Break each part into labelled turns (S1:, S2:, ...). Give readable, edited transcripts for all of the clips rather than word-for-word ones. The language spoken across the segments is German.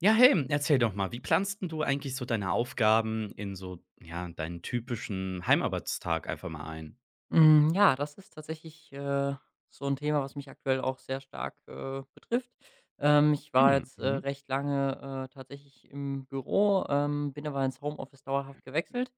S1: Ja, hey, erzähl doch mal, wie planst 'n du eigentlich so deine Aufgaben in so, ja, deinen typischen Heimarbeitstag einfach mal ein?
S2: Hm, ja, das ist tatsächlich, so ein Thema, was mich aktuell auch sehr stark, betrifft. Ich war
S1: Hm,
S2: jetzt,
S1: mhm.
S2: recht lange, tatsächlich im Büro, bin aber ins Homeoffice dauerhaft gewechselt.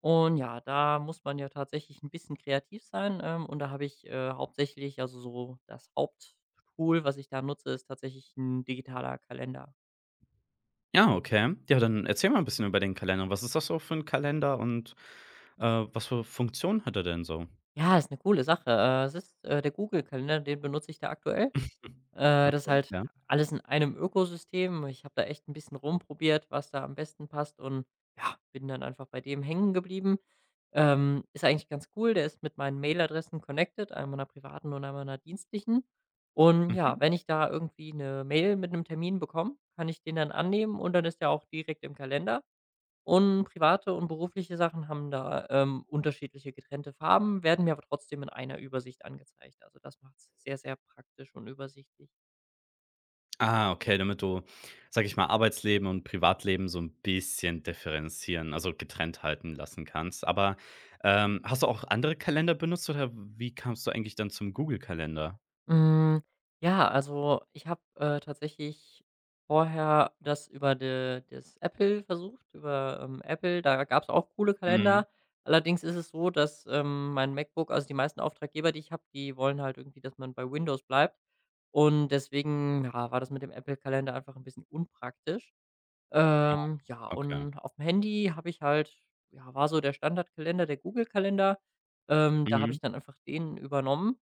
S2: Und ja, da muss man ja tatsächlich ein bisschen kreativ sein, und da habe ich, hauptsächlich also, so das Haupttool, was ich da nutze, ist tatsächlich ein digitaler Kalender.
S1: Ja, okay. Ja, dann erzähl mal ein bisschen über den Kalender. Was ist das so für ein Kalender und, was für Funktionen hat er denn so?
S2: Ja, ist eine coole Sache. Es ist, der Google-Kalender, den benutze ich da aktuell.
S1: Hm.
S2: Das ist
S1: Okay,
S2: halt
S1: ja.
S2: alles in einem Ökosystem. Ich habe da echt ein bisschen rumprobiert, was da am besten passt und, ja, bin dann einfach bei dem hängen geblieben. Ist eigentlich ganz cool. Der ist mit meinen Mailadressen connected, einmal einer privaten und einmal einer dienstlichen. Und ja,
S1: Mhm.
S2: wenn ich da irgendwie eine Mail mit einem Termin bekomme, kann ich den dann annehmen und dann ist der auch direkt im Kalender. Und private und berufliche Sachen haben da, unterschiedliche getrennte Farben, werden mir aber trotzdem in einer Übersicht angezeigt. Also, das macht es sehr, sehr praktisch und übersichtlich.
S1: Ah, okay, damit du, sage ich mal, Arbeitsleben und Privatleben so ein bisschen differenzieren, also getrennt halten lassen kannst. Aber, hast du auch andere Kalender benutzt oder wie kamst du eigentlich dann zum Google-Kalender?
S2: Hm, ja, also ich habe, tatsächlich vorher das über de das Apple versucht, über, Apple. Da gab es auch coole
S1: Mhm.
S2: Kalender. Allerdings ist es so, dass, mein MacBook also die meisten Auftraggeber, die ich habe, die wollen halt irgendwie, dass man bei Windows bleibt. Und deswegen, ja, war das mit dem Apple-Kalender einfach ein bisschen unpraktisch. Ja,
S1: Okay.
S2: und auf dem Handy habe ich halt ja, war so der Standardkalender, der Google-Kalender. Da habe
S1: Mhm.
S2: ich dann einfach den übernommen.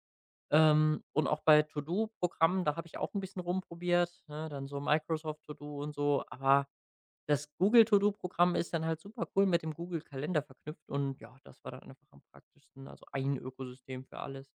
S2: Und auch bei To-do-Programmen, da habe ich auch ein bisschen rumprobiert, ne, dann so Microsoft To Do und so. Aber das Google To Do-Programm ist dann halt super cool mit dem Google-Kalender verknüpft und ja, das war dann einfach am praktischsten. Also ein Ökosystem für alles.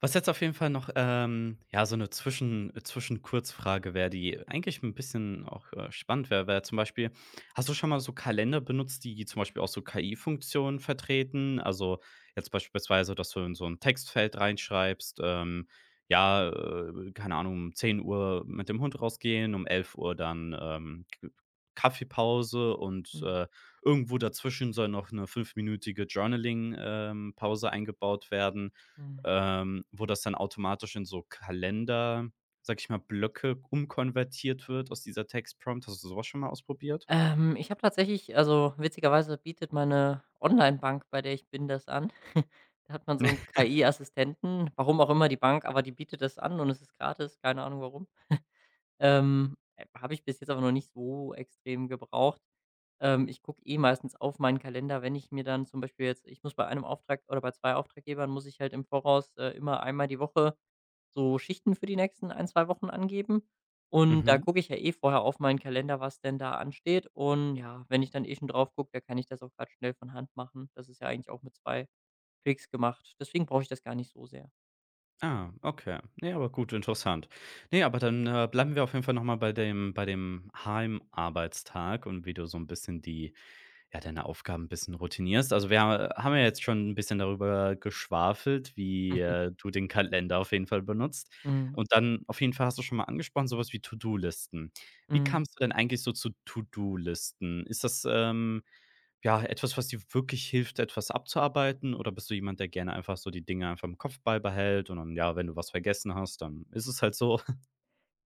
S1: Was jetzt auf jeden Fall noch, ja, so eine Zwischenkurzfrage wäre, die eigentlich ein bisschen auch, spannend wäre, wäre zum Beispiel: Hast du schon mal so Kalender benutzt, die zum Beispiel auch so KI-Funktionen vertreten? Also, jetzt beispielsweise, dass du in so ein Textfeld reinschreibst, ja, keine Ahnung, um 10 Uhr mit dem Hund rausgehen, um 11 Uhr dann, K Kaffeepause und,
S2: Mhm.
S1: irgendwo dazwischen soll noch eine fünfminütige Journaling, Pause eingebaut werden.
S2: Mhm.
S1: Ähm, wo das dann automatisch in so Kalender, sag ich mal, Blöcke umkonvertiert wird aus dieser Textprompt. Hast du so schon mal ausprobiert?
S2: Ich habe tatsächlich also, witzigerweise bietet meine Onlinebank, bei der ich bin, das an. Da hat man so 'n KI-Assistenten, warum auch immer die Bank, aber die bietet das an und es ist gratis, keine Ahnung warum. Habe ich bis jetzt aber noch nicht so extrem gebraucht. Ich gucke eh meistens auf meinen Kalender, wenn ich mir dann zum Beispiel jetzt ich muss bei einem Auftrag oder bei 2 Auftraggebern muss ich halt im Voraus, immer einmal die Woche so Schichten für die nächsten ein 2 Wochen angeben. Und da
S1: Mhm.
S2: gucke ich ja eh vorher auf meinen Kalender, was denn da ansteht. Und ja, wenn ich dann eh schon drauf gucke, da kann ich das auch grad schnell von Hand machen. Das ist ja eigentlich auch mit 2 Klicks gemacht. Deswegen brauche ich das gar nicht so sehr.
S1: Ah, okay. Ne, aber gut, interessant. Ne, aber dann, bleiben wir auf jeden Fall noch mal bei dem Heimarbeitstag und wie du so ein bisschen die ja, deine Aufgaben ein bisschen routinierst. Also, wir ha haben ja jetzt schon ein bisschen darüber geschwafelt, wie, du den Kalender auf jeden Fall benutzt.
S2: Mhm.
S1: Und dann auf jeden Fall hast du schon mal angesprochen, sowas wie To-do-Listen. Wie
S2: Mhm.
S1: kamst du denn eigentlich so zu To-do-Listen? Ist das, ja, etwas, was dir wirklich hilft, etwas abzuarbeiten? Oder bist du jemand, der gerne einfach so die Dinge einfach im Kopf beibehält und dann, ja, wenn du was vergessen hast, dann ist es halt so?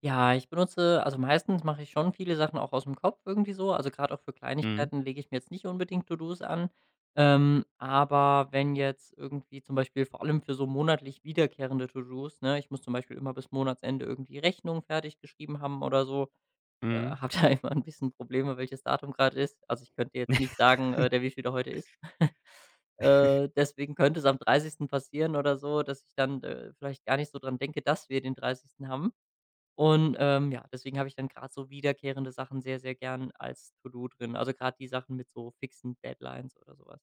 S2: Ja, ich benutze also, meistens mache ich schon viele Sachen auch aus dem Kopf irgendwie so. Also, gerade auch für
S1: Mhm,
S2: Kleinigkeiten lege ich mir jetzt nicht unbedingt To-dos an. Aber wenn jetzt irgendwie zum Beispiel vor allem für so monatlich wiederkehrende To-dos, ne? Ich muss zum Beispiel immer bis Monatsende irgendwie Rechnungen fertig geschrieben haben oder so,
S1: mhm.
S2: habe da immer ein bisschen Probleme, welches Datum gerade ist. Also, ich könnte jetzt nicht sagen, der wievielte heute ist. Deswegen könnte es am 30. passieren oder so, dass ich dann, vielleicht gar nicht so dran denke, dass wir den 30. haben. Und, ja, deswegen habe ich dann gerade so wiederkehrende Sachen sehr, sehr gern als To-do drin, also gerade die Sachen mit so fixen Deadlines oder sowas.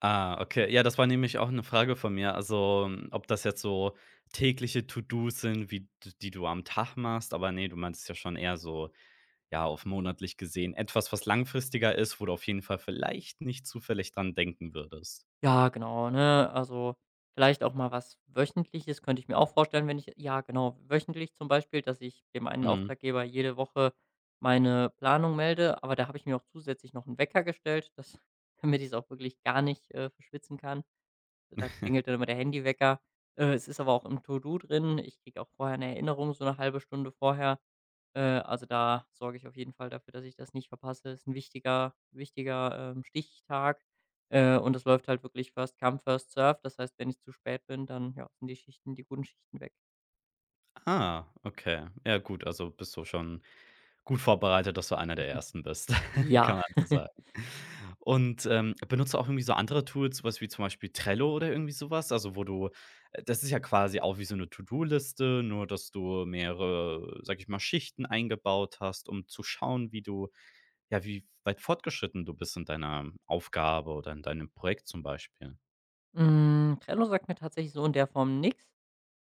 S1: Ah, okay. Ja, das war nämlich auch eine Frage von mir. Also, ob das jetzt so tägliche To-dos sind, wie d die du am Tag machst, aber nee, du meintest ja schon eher so, ja, auf monatlich gesehen etwas, was langfristiger ist, wo du auf jeden Fall vielleicht nicht zufällig dran denken würdest.
S2: Ja, genau, ne? Also, vielleicht auch mal was Wöchentliches könnte ich mir auch vorstellen, wenn ich ja, genau, wöchentlich zum Beispiel, dass ich dem einen
S1: Mhm.
S2: Auftraggeber jede Woche meine Planung melde, aber da habe ich mir auch zusätzlich noch 'n Wecker gestellt, dass damit ich's auch wirklich gar nicht, verschwitzen kann. Da klingelt dann immer der Handywecker. Es ist aber auch im To-Do drin. Ich kriege auch vorher 'ne Erinnerung, so eine halbe Stunde vorher. Also, da sorge ich auf jeden Fall dafür, dass ich das nicht verpasse. Ist ein wichtiger wichtiger, Stichtag, und das läuft halt wirklich First come, first served. Das heißt, wenn ich zu spät bin, dann, ja, sind die Schichten die guten Schichten weg.
S1: Ah, okay. Ja, gut, also bist du schon gut vorbereitet, dass du einer der Ersten bist,
S2: Ja.
S1: kann man so sagen. Und, benutzt du auch irgendwie so andere Tools, so was wie zum Beispiel Trello oder irgendwie sowas? Also, wo du das ist ja quasi auch wie so eine To-do-Liste, nur dass du mehrere, sag ich mal, Schichten eingebaut hast, um zu schauen, wie du ja, wie weit fortgeschritten du bist in deiner Aufgabe oder in deinem Projekt zum Beispiel.
S2: Hm, Trello sagt mir tatsächlich so in der Form nix.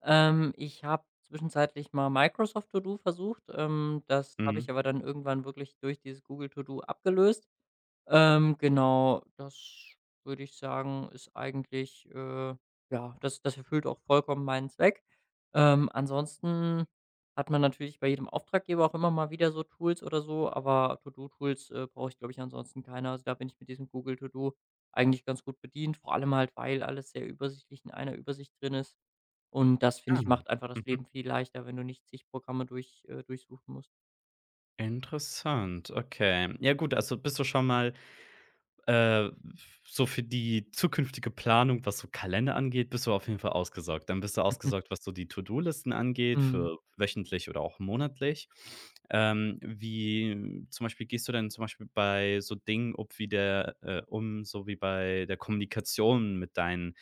S2: Ich habe zwischenzeitlich mal Microsoft To Do versucht. Das habe ich
S1: Mhm.
S2: aber dann irgendwann wirklich durch dieses Google To Do abgelöst. Genau, das würde ich sagen, ist eigentlich, ja, das erfüllt auch vollkommen meinen Zweck. Ansonsten hat man natürlich bei jedem Auftraggeber auch immer mal wieder so Tools oder so, aber To-Do-Tools brauche ich, glaube ich, ansonsten keine. Also da bin ich mit diesem Google To Do eigentlich ganz gut bedient, vor allem halt, weil alles sehr übersichtlich in einer Übersicht drin ist. Und das, finde
S1: Ah,
S2: ich,
S1: mhm.
S2: macht einfach das Leben viel leichter, wenn du nicht zig Programme durchsuchen musst.
S1: Interessant, okay. Ja, gut, also bist du schon mal Äh, so für die zukünftige Planung, was so Kalender angeht, bist du auf jeden Fall ausgesorgt. Dann bist du ausgesorgt, was so die To-do-Listen angeht,
S2: Mhm.
S1: für wöchentlich oder auch monatlich. Wie zum Beispiel gehst du denn zum Beispiel bei so Dingen ob wie der um, so wie bei der Kommunikation mit deinen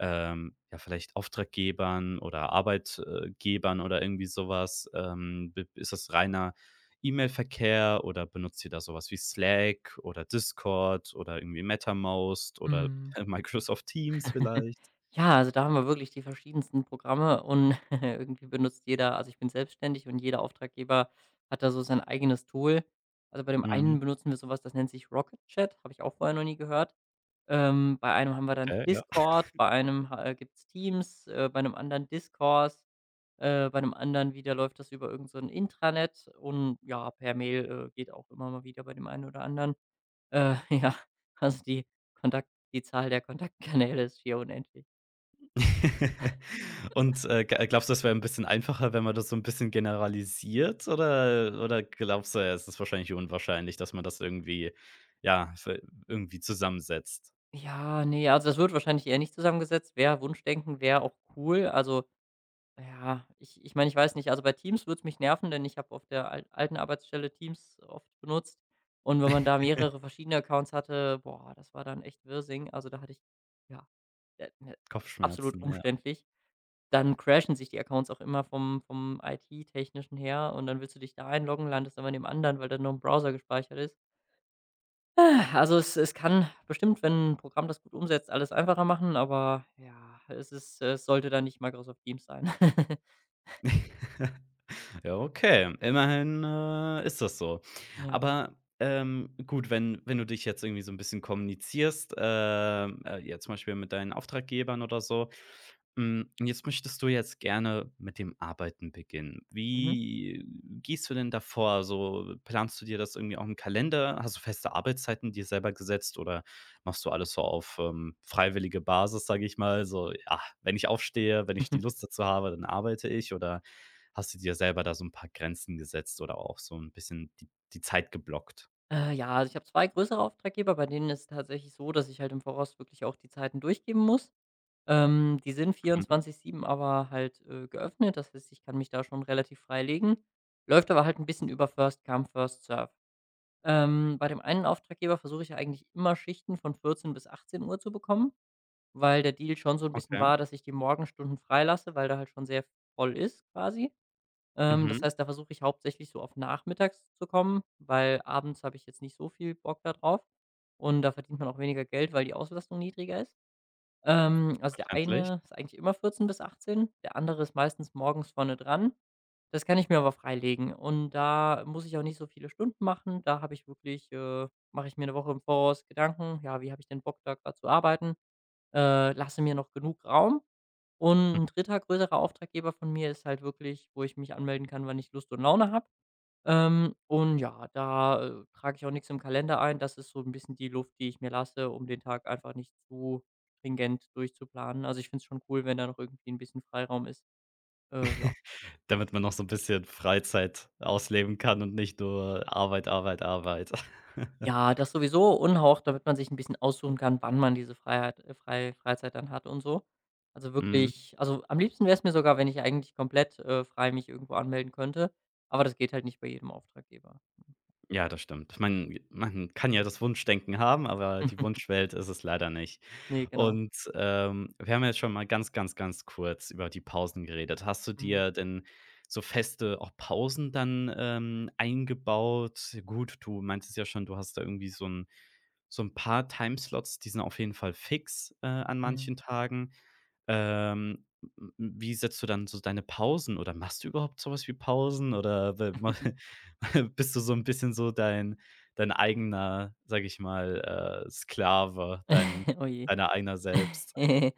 S1: ja, vielleicht Auftraggebern oder Arbeitgebern oder irgendwie sowas. B ist das reiner E-Mail-Verkehr oder benutzt ihr da sowas wie Slack oder Discord oder irgendwie MetaMost oder
S2: Mhm.
S1: Microsoft Teams vielleicht?
S2: Ja, also da haben wir wirklich die verschiedensten Programme und irgendwie benutzt jeder also ich bin selbstständig und jeder Auftraggeber hat da so sein eigenes Tool. Also bei dem einen
S1: Mhm.
S2: benutzen wir sowas das nennt sich Rocket Chat, habe ich auch vorher noch nie gehört. Bei einem haben wir dann
S1: Okay, ja.
S2: Discord, bei einem ha gibt's Teams, bei einem anderen Discord. Bei 'nem anderen wieder läuft das über irgend so 'n Intranet und ja, per Mail, geht auch immer mal wieder bei dem einen oder anderen. Ja, also Kontakt die Zahl der Kontaktkanäle ist hier unendlich.
S1: Und, g glaubst du, das wäre ein bisschen einfacher, wenn man das so ein bisschen generalisiert oder glaubst du, ja, es ist wahrscheinlich unwahrscheinlich, dass man das irgendwie ja, v irgendwie zusammensetzt?
S2: Ja, ne, also das wird wahrscheinlich eher nicht zusammengesetzt. Wäre Wunschdenken, wäre auch cool. Also, ja, ich meine, ich weiß nicht, also bei Teams würde es mich nerven, denn ich habe auf der al alten Arbeitsstelle Teams oft benutzt und wenn man da mehrere verschiedene Accounts hatte, boah, das war dann echt Wirsing. Also da hatte ich ja, ne, absolut
S1: Kopfschmerzen, ja.
S2: umständlich. Dann crashen sich die Accounts auch immer vom IT-Technischen her und dann willst du dich da einloggen, landest aber in dem anderen, weil da noch 'n Browser gespeichert ist. Ah, also, es kann bestimmt, wenn 'n Programm das gut umsetzt, alles einfacher machen, aber ja, es sollte dann nicht Microsoft Teams sein.
S1: Ja, okay. Immerhin, ist das so.
S2: Ja.
S1: Aber, gut, wenn du dich jetzt irgendwie so ein bisschen kommunizierst, jetzt zum Beispiel mit deinen Auftraggebern oder so, hm, und jetzt möchtest du jetzt gerne mit dem Arbeiten beginnen.
S2: Mhm.
S1: Wie gehst du denn davor vor? So, planst du dir das irgendwie auch im Kalender? Hast du feste Arbeitszeiten dir selber gesetzt oder machst du alles so auf, freiwillige Basis, sage ich mal, so: „Ja, wenn ich aufstehe, wenn ich die Lust dazu habe, dann arbeite ich" oder hast du dir selber da so ein paar Grenzen gesetzt oder auch so ein bisschen die Zeit geblockt?
S2: Ja, also, ich habe 2 größere Auftraggeber, bei denen ist es tatsächlich so, dass ich halt im Voraus wirklich auch die Zeiten durchgeben muss. Die sind
S1: Mhm.
S2: 24/7, aber halt, geöffnet. Das heißt, ich kann mich da schon relativ frei legen. Läuft aber halt ein bisschen über First come, First served. Bei dem einen Auftraggeber versuche ich ja eigentlich immer Schichten von 14 bis 18 Uhr zu bekommen, weil der Deal schon so ein bisschen
S1: Okay.
S2: war, dass ich die Morgenstunden freilasse, weil da halt schon sehr voll ist quasi. Das
S1: Mhm.
S2: heißt, da versuche ich hauptsächlich so auf nachmittags zu kommen, weil abends habe ich jetzt nicht so viel Bock da drauf und da verdient man auch weniger Geld, weil die Auslastung niedriger ist. Also, der
S1: Verständlich.
S2: eine ist eigentlich immer 14 bis 18, der andere ist meistens morgens vorne dran. Das kann ich mir aber freilegen und da muss ich auch nicht so viele Stunden machen. Da habe ich wirklich Mache ich mir eine Woche im Voraus Gedanken: „Ja, wie habe ich den Bock, da gerade zu arbeiten?“ Lasse mir noch genug Raum
S1: Hm.
S2: und ein dritter größerer Auftraggeber von mir ist halt wirklich, wo ich mich anmelden kann, wann ich Lust und Laune habe. Und ja, da, trage ich auch nichts im Kalender ein. Das ist so ein bisschen die Luft, die ich mir lasse, um den Tag einfach nicht zu stringent durchzuplanen. Also, ich finde es schon cool, wenn da noch irgendwie ein bisschen Freiraum ist. Ja.
S1: Damit man noch so ein bisschen Freizeit ausleben kann und nicht nur Arbeit, Arbeit, Arbeit.
S2: Ja, das sowieso und damit man sich ein bisschen aussuchen kann, wann man diese Freiheit frei Freizeit dann hat und so. Also,
S1: Mhm.
S2: wirklich also, am liebsten wäre es mir sogar, wenn ich eigentlich komplett, frei mich irgendwo anmelden könnte, aber das geht halt nicht bei jedem Auftraggeber.
S1: Ja, das stimmt. Man kann ja das Wunschdenken haben, aber die Wunschwelt ist es leider nicht.
S2: Ne, genau.
S1: Und, wir haben jetzt schon mal ganz, ganz, ganz kurz über die Pausen geredet. Hast du
S2: Mhm.
S1: dir denn so feste auch Pausen dann, eingebaut? Ja, gut, du meintest ja schon, du hast da irgendwie so ein paar Timeslots, die sind auf jeden Fall fix, an
S2: Mhm.
S1: manchen Tagen. W w wie setzt du dann so deine Pausen oder machst du überhaupt so was wie Pausen oder we ma bist du so ein bisschen so dein eigener, sage ich mal, Sklave,
S2: Oh je.
S1: Deiner eigener selbst.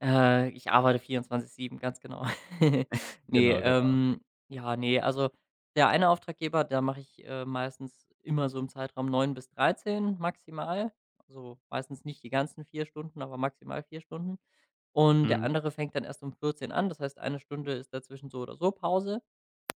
S2: Ich arbeite 24/7, ganz genau. Ne,
S1: Genau, genau.
S2: ja, ne, also, der eine Auftraggeber, da mache ich, meistens immer so im Zeitraum 9 bis 13 maximal. Also, meistens nicht die ganzen 4 Stunden, aber maximal 4 Stunden. Und der
S1: Mhm,
S2: andere fängt dann erst um 14 an. Das heißt, eine Stunde ist dazwischen so oder so Pause.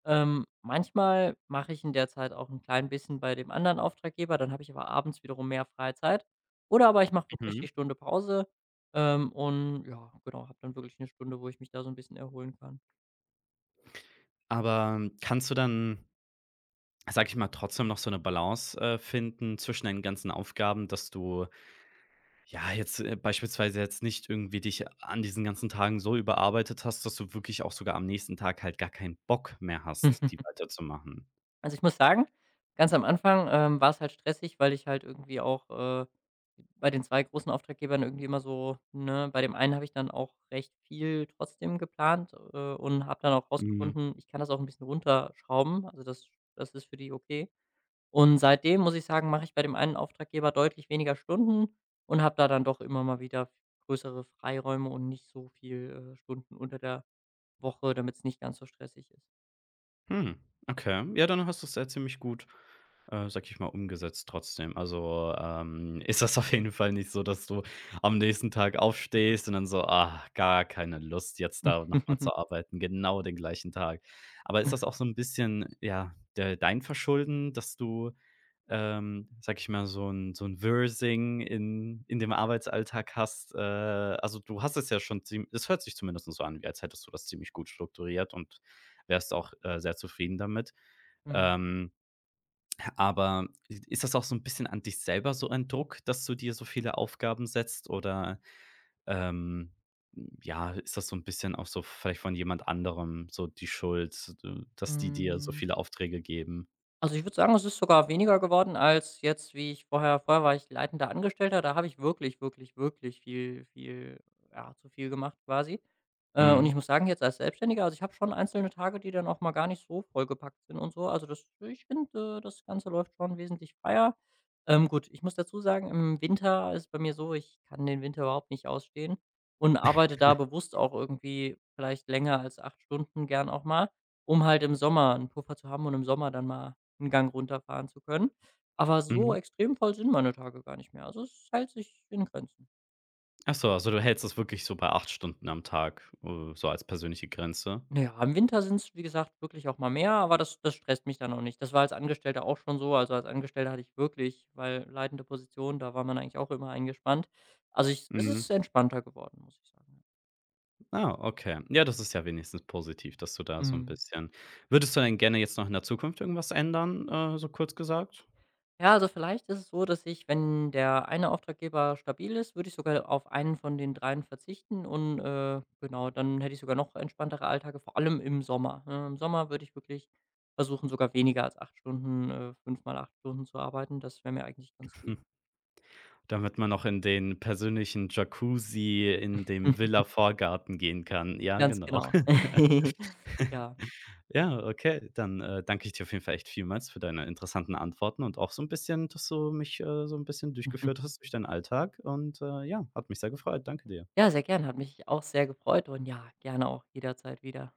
S2: Manchmal mache ich in der Zeit auch 'n klein bisschen bei dem anderen Auftraggeber, dann habe ich aber abends wiederum mehr freie Zeit. Oder aber ich mache wirklich
S1: mhm.
S2: die Stunde Pause, und ja, genau, habe dann wirklich 'ne Stunde, wo ich mich da so 'n bisschen erholen kann.
S1: Aber kannst du dann, sage ich mal, trotzdem noch so 'ne Balance, finden zwischen deinen ganzen Aufgaben, dass du, ja, jetzt, beispielsweise jetzt nicht irgendwie dich an diesen ganzen Tagen so überarbeitet hast, dass du wirklich auch sogar am nächsten Tag halt gar keinen Bock mehr hast, die weiterzumachen?
S2: Also, ich muss sagen, ganz am Anfang, war's halt stressig, weil ich halt irgendwie auch, bei den 2 großen Auftraggebern irgendwie immer so ne, bei dem einen habe ich dann auch recht viel trotzdem geplant, und habe dann auch
S1: Mhm.
S2: rausgefunden, ich kann das auch 'n bisschen runterschrauben. Also, das ist für die okay. Und seitdem muss ich sagen, mache ich bei dem einen Auftraggeber deutlich weniger Stunden und habe da dann doch immer mal wieder größere Freiräume und nicht so viel, Stunden unter der Woche, damit es nicht ganz so stressig ist.
S1: Hm, okay. Ja, dann hast du es ja ziemlich gut, sage ich mal, umgesetzt trotzdem. Also, ist das auf jeden Fall nicht so, dass du am nächsten Tag aufstehst und dann so: „Ah, gar keine Lust, jetzt da nochmal zu arbeiten", genau den gleichen Tag. Aber ist das auch so ein bisschen, ja, de dein Verschulden, dass du sage ich mal, so ein Wirsing in dem Arbeitsalltag hast. Also, du hast es ja schon ziem es hört sich zumindest so an, wie als hättest du das ziemlich gut strukturiert und wärst auch, sehr zufrieden damit.
S2: Mhm.
S1: Ähm, aber ist das auch so ein bisschen an dich selber so ein Druck, dass du dir so viele Aufgaben setzt oder, ähm, ja, ist das so ein bisschen auch so vielleicht von jemand anderem so die Schuld, dass die dir so
S2: Mhm.
S1: viele Aufträge geben?
S2: Also, ich würde sagen, es ist sogar weniger geworden als jetzt, wie ich vorher war ich leitender Angestellter, da habe ich wirklich, wirklich, wirklich viel viel ja, zu viel gemacht quasi. Und
S1: Mhm.
S2: ich muss sagen, jetzt als Selbstständiger also, ich habe schon einzelne Tage, die dann auch mal gar nicht so vollgepackt sind und so. Also, das ich finde, das Ganze läuft schon wesentlich freier. Gut, ich muss dazu sagen, im Winter ist bei mir so, ich kann den Winter überhaupt nicht ausstehen und arbeite da bewusst auch irgendwie vielleicht länger als 8 Stunden gern auch mal, um halt im Sommer 'n Puffer zu haben und im Sommer dann mal 'n Gang runterfahren zu können. Aber so
S1: Mhm.
S2: extrem voll sind meine Tage gar nicht mehr. Also, es hält sich in Grenzen.
S1: Ach so, also du hältst es wirklich so bei 8 Stunden am Tag, so als persönliche Grenze?
S2: Na ja, im Winter sind's, wie gesagt, wirklich auch mal mehr, aber das stresst mich dann auch nicht. Das war als Angestellter auch schon so. Also, als Angestellter hatte ich wirklich weil leitende Position, da war man eigentlich auch immer eingespannt. Also, ich es
S1: Mhm.
S2: ist entspannter geworden, muss ich sagen.
S1: Ah, okay. Ja, das ist ja wenigstens positiv, dass du da so ein
S2: Mhm.
S1: bisschen würdest du denn gerne jetzt noch in der Zukunft irgendwas ändern, so kurz gesagt?
S2: Ja, also vielleicht ist es so, dass ich, wenn der eine Auftraggeber stabil ist, würde ich sogar auf einen von den dreien verzichten und, genau, dann hätte ich sogar noch entspanntere Alltage, vor allem im Sommer, ne? Im Sommer würde ich wirklich versuchen, sogar weniger als 8 Stunden, 5 mal Stunden zu arbeiten. Das wäre mir eigentlich ganz lieb.
S1: Damit man noch in den persönlichen Jacuzzi in dem Villa-Vorgarten gehen kann. Ja,
S2: Ganz
S1: genau.
S2: genau. Ja.
S1: Ja, okay, dann, danke ich dir auf jeden Fall echt vielmals für deine interessanten Antworten und auch so ein bisschen, dass du mich, so ein bisschen durchgeführt hast durch deinen Alltag und, ja, hat mich sehr gefreut. Danke dir.
S2: Ja, sehr gerne, hat mich auch sehr gefreut und ja, gerne auch jederzeit wieder.